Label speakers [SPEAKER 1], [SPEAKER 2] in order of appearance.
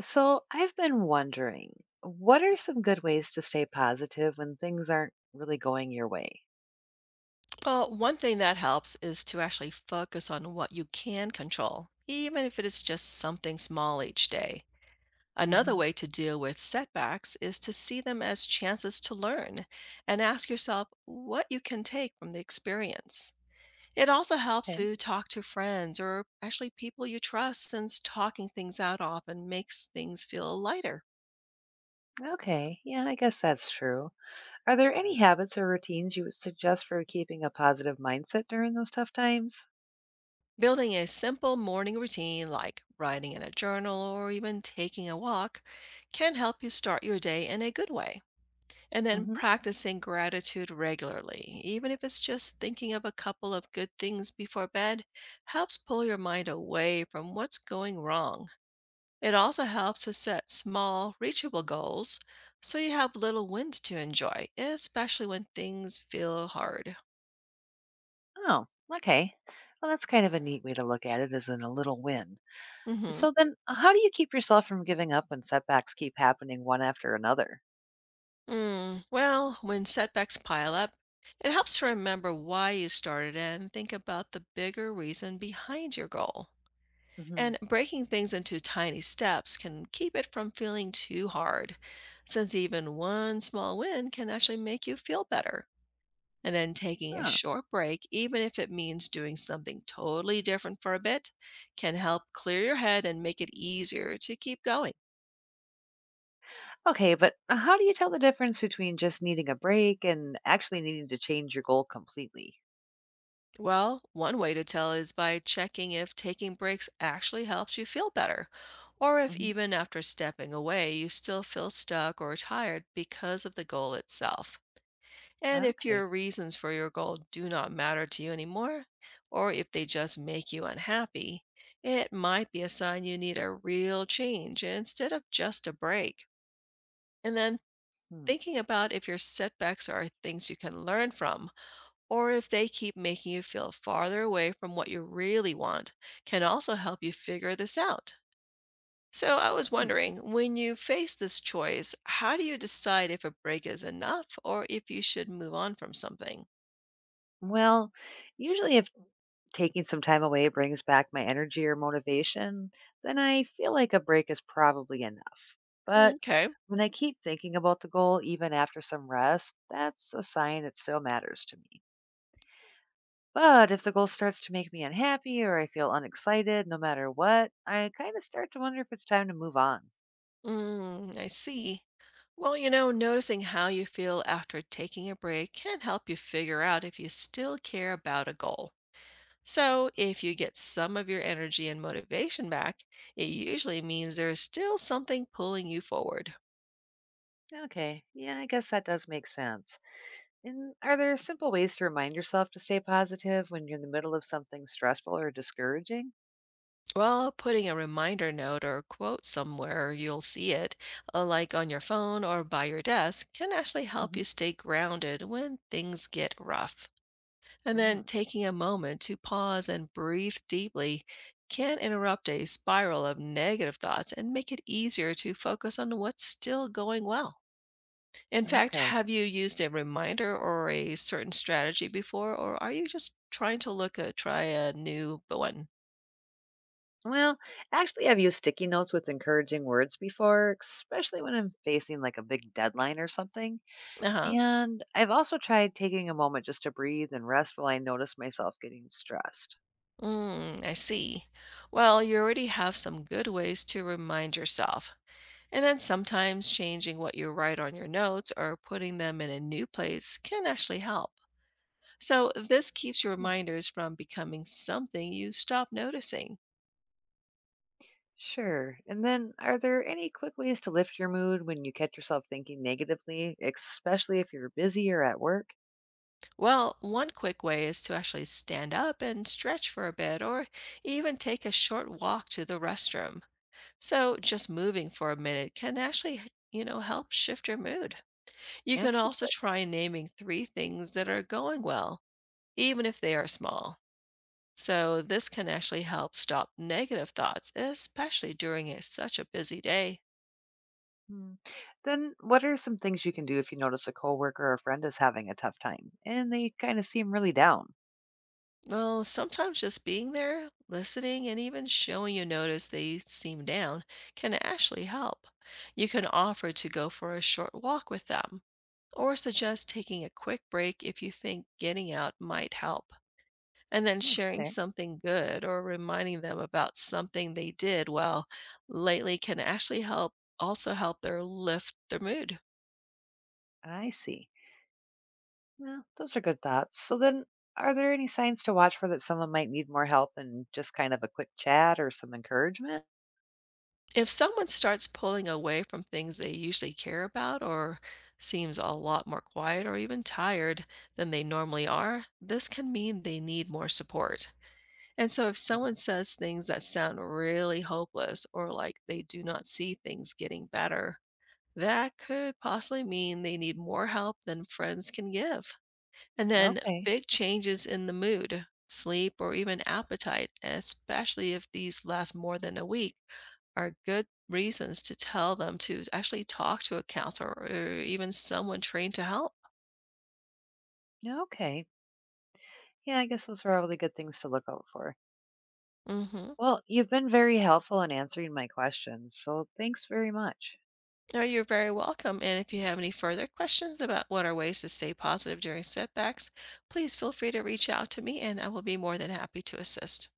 [SPEAKER 1] So I've been wondering, what are some good ways to stay positive when things aren't really going your way?
[SPEAKER 2] Well, one thing that helps is to actually focus on what you can control, even if it is just something small each day. Another
[SPEAKER 1] Hmm.
[SPEAKER 2] way to deal with setbacks is to see them as chances to learn and ask yourself what you can take from the experience. It also helps
[SPEAKER 1] Okay.
[SPEAKER 2] to talk to friends or actually people you trust, since talking things out often makes things feel lighter.
[SPEAKER 1] Okay, yeah, I guess that's true. Are there any habits or routines you would suggest for keeping a positive mindset during those tough times?
[SPEAKER 2] Building a simple morning routine like writing in a journal or even taking a walk can help you start your day in a good way. And then
[SPEAKER 1] Hmm.
[SPEAKER 2] practicing gratitude regularly, even if it's just thinking of a couple of good things before bed, helps pull your mind away from what's going wrong. It also helps to set small, reachable goals so you have little wins to enjoy, especially when things feel hard.
[SPEAKER 1] Oh, okay. Well, that's kind of a neat way to look at it, as in a little win. So
[SPEAKER 2] Mhm.
[SPEAKER 1] then, how do you keep yourself from giving up when setbacks keep happening one after another?
[SPEAKER 2] Well, when setbacks pile up, it helps to remember why you started and think about the bigger reason behind your goal.
[SPEAKER 1] Hmm.
[SPEAKER 2] And breaking things into tiny steps can keep it from feeling too hard, since even one small win can actually make you feel better. And then taking a short break, even if it means doing something totally different for a bit, can help clear your head and make it easier to keep going.
[SPEAKER 1] Okay, but how do you tell the difference between just needing a break and actually needing to change your goal completely?
[SPEAKER 2] Well, one way to tell is by checking if taking breaks actually helps you feel better, or if
[SPEAKER 1] Hmm.
[SPEAKER 2] even after stepping away, you still feel stuck or tired because of the goal itself. And if
[SPEAKER 1] Okay.
[SPEAKER 2] your reasons for your goal do not matter to you anymore, or if they just make you unhappy, it might be a sign you need a real change instead of just a break. And then
[SPEAKER 1] Hmm.
[SPEAKER 2] thinking about if your setbacks are things you can learn from or if they keep making you feel farther away from what you really want, can also help you figure this out. So, I was
[SPEAKER 1] Hmm.
[SPEAKER 2] wondering when you face this choice, how do you decide if a break is enough or if you should move on from something?
[SPEAKER 1] Well, usually if taking some time away brings back my energy or motivation, then I feel like a break is probably enough. But
[SPEAKER 2] Okay,
[SPEAKER 1] when I keep thinking about the goal, even after some rest, that's a sign it still matters to me. But if the goal starts to make me unhappy or I feel unexcited no matter what, I kind of start to wonder if it's time to move on.
[SPEAKER 2] I see. Well, noticing how you feel after taking a break can help you figure out if you still care about a goal. So, if you get some of your energy and motivation back, it usually means there is still something pulling you forward.
[SPEAKER 1] Okay, yeah, I guess that does make sense. And are there simple ways to remind yourself to stay positive when you're in the middle of something stressful or discouraging?
[SPEAKER 2] Well, putting a reminder note or quote somewhere you'll see it, like on your phone or by your desk, can actually help
[SPEAKER 1] Hmm.
[SPEAKER 2] you stay grounded when things get rough. And then
[SPEAKER 1] Mm,
[SPEAKER 2] taking a moment to pause and breathe deeply can interrupt a spiral of negative thoughts and make it easier to focus on what's still going well. In fact,
[SPEAKER 1] okay.
[SPEAKER 2] have you used a reminder or a certain strategy before, or are you just trying to look at try a new one?
[SPEAKER 1] Well, actually, I've used sticky notes with encouraging words before, especially when I'm facing like a big deadline or something.
[SPEAKER 2] Uh-huh.
[SPEAKER 1] And I've also tried taking a moment just to breathe and rest while I notice myself getting stressed.
[SPEAKER 2] I see. Well, you already have some good ways to remind yourself. And then sometimes changing what you write on your notes or putting them in a new place can actually help. So this keeps your reminders from becoming something you stop noticing.
[SPEAKER 1] Sure. And then, are there any quick ways to lift your mood when you catch yourself thinking negatively, especially if you're busy or at work?
[SPEAKER 2] Well, one quick way is to actually stand up and stretch for a bit, or even take a short walk to the restroom. So, just moving for a minute can actually, help shift your mood. You can also
[SPEAKER 1] Interesting.
[SPEAKER 2] try naming three things that are going well, even if they are small. So, this can actually help stop negative thoughts, especially during such a busy day.
[SPEAKER 1] Hmm. Then, what are some things you can do if you notice a coworker or friend is having a tough time and they kind of seem really down?
[SPEAKER 2] Well, sometimes just being there, listening, and even showing you notice they seem down can actually help. You can offer to go for a short walk with them or suggest taking a quick break if you think getting out might help. And then sharing
[SPEAKER 1] Okay.
[SPEAKER 2] something good or reminding them about something they did well lately can actually help also help their lift their mood.
[SPEAKER 1] I see. Well, those are good thoughts. So then, are there any signs to watch for that someone might need more help than just kind of a quick chat or some encouragement?
[SPEAKER 2] If someone starts pulling away from things they usually care about or seems a lot more quiet or even tired than they normally are, this can mean they need more support. And so if
[SPEAKER 1] Mm.
[SPEAKER 2] someone says things that sound really hopeless or like they do not see things getting better, that could possibly mean they need more help than friends can give. And then
[SPEAKER 1] Okay.
[SPEAKER 2] big changes in the mood, sleep, or even appetite, especially if these last more than a week, are good reasons to tell them to actually talk to a counselor or even someone trained to help.
[SPEAKER 1] Okay, yeah, I guess those are all really good things to look out for.
[SPEAKER 2] Hmm.
[SPEAKER 1] Well, you've been very helpful in answering my questions, so thanks very much.
[SPEAKER 2] No, you're very welcome. And if you have any further questions about what are ways to stay positive during setbacks, please feel free to reach out to me and I will be more than happy to assist.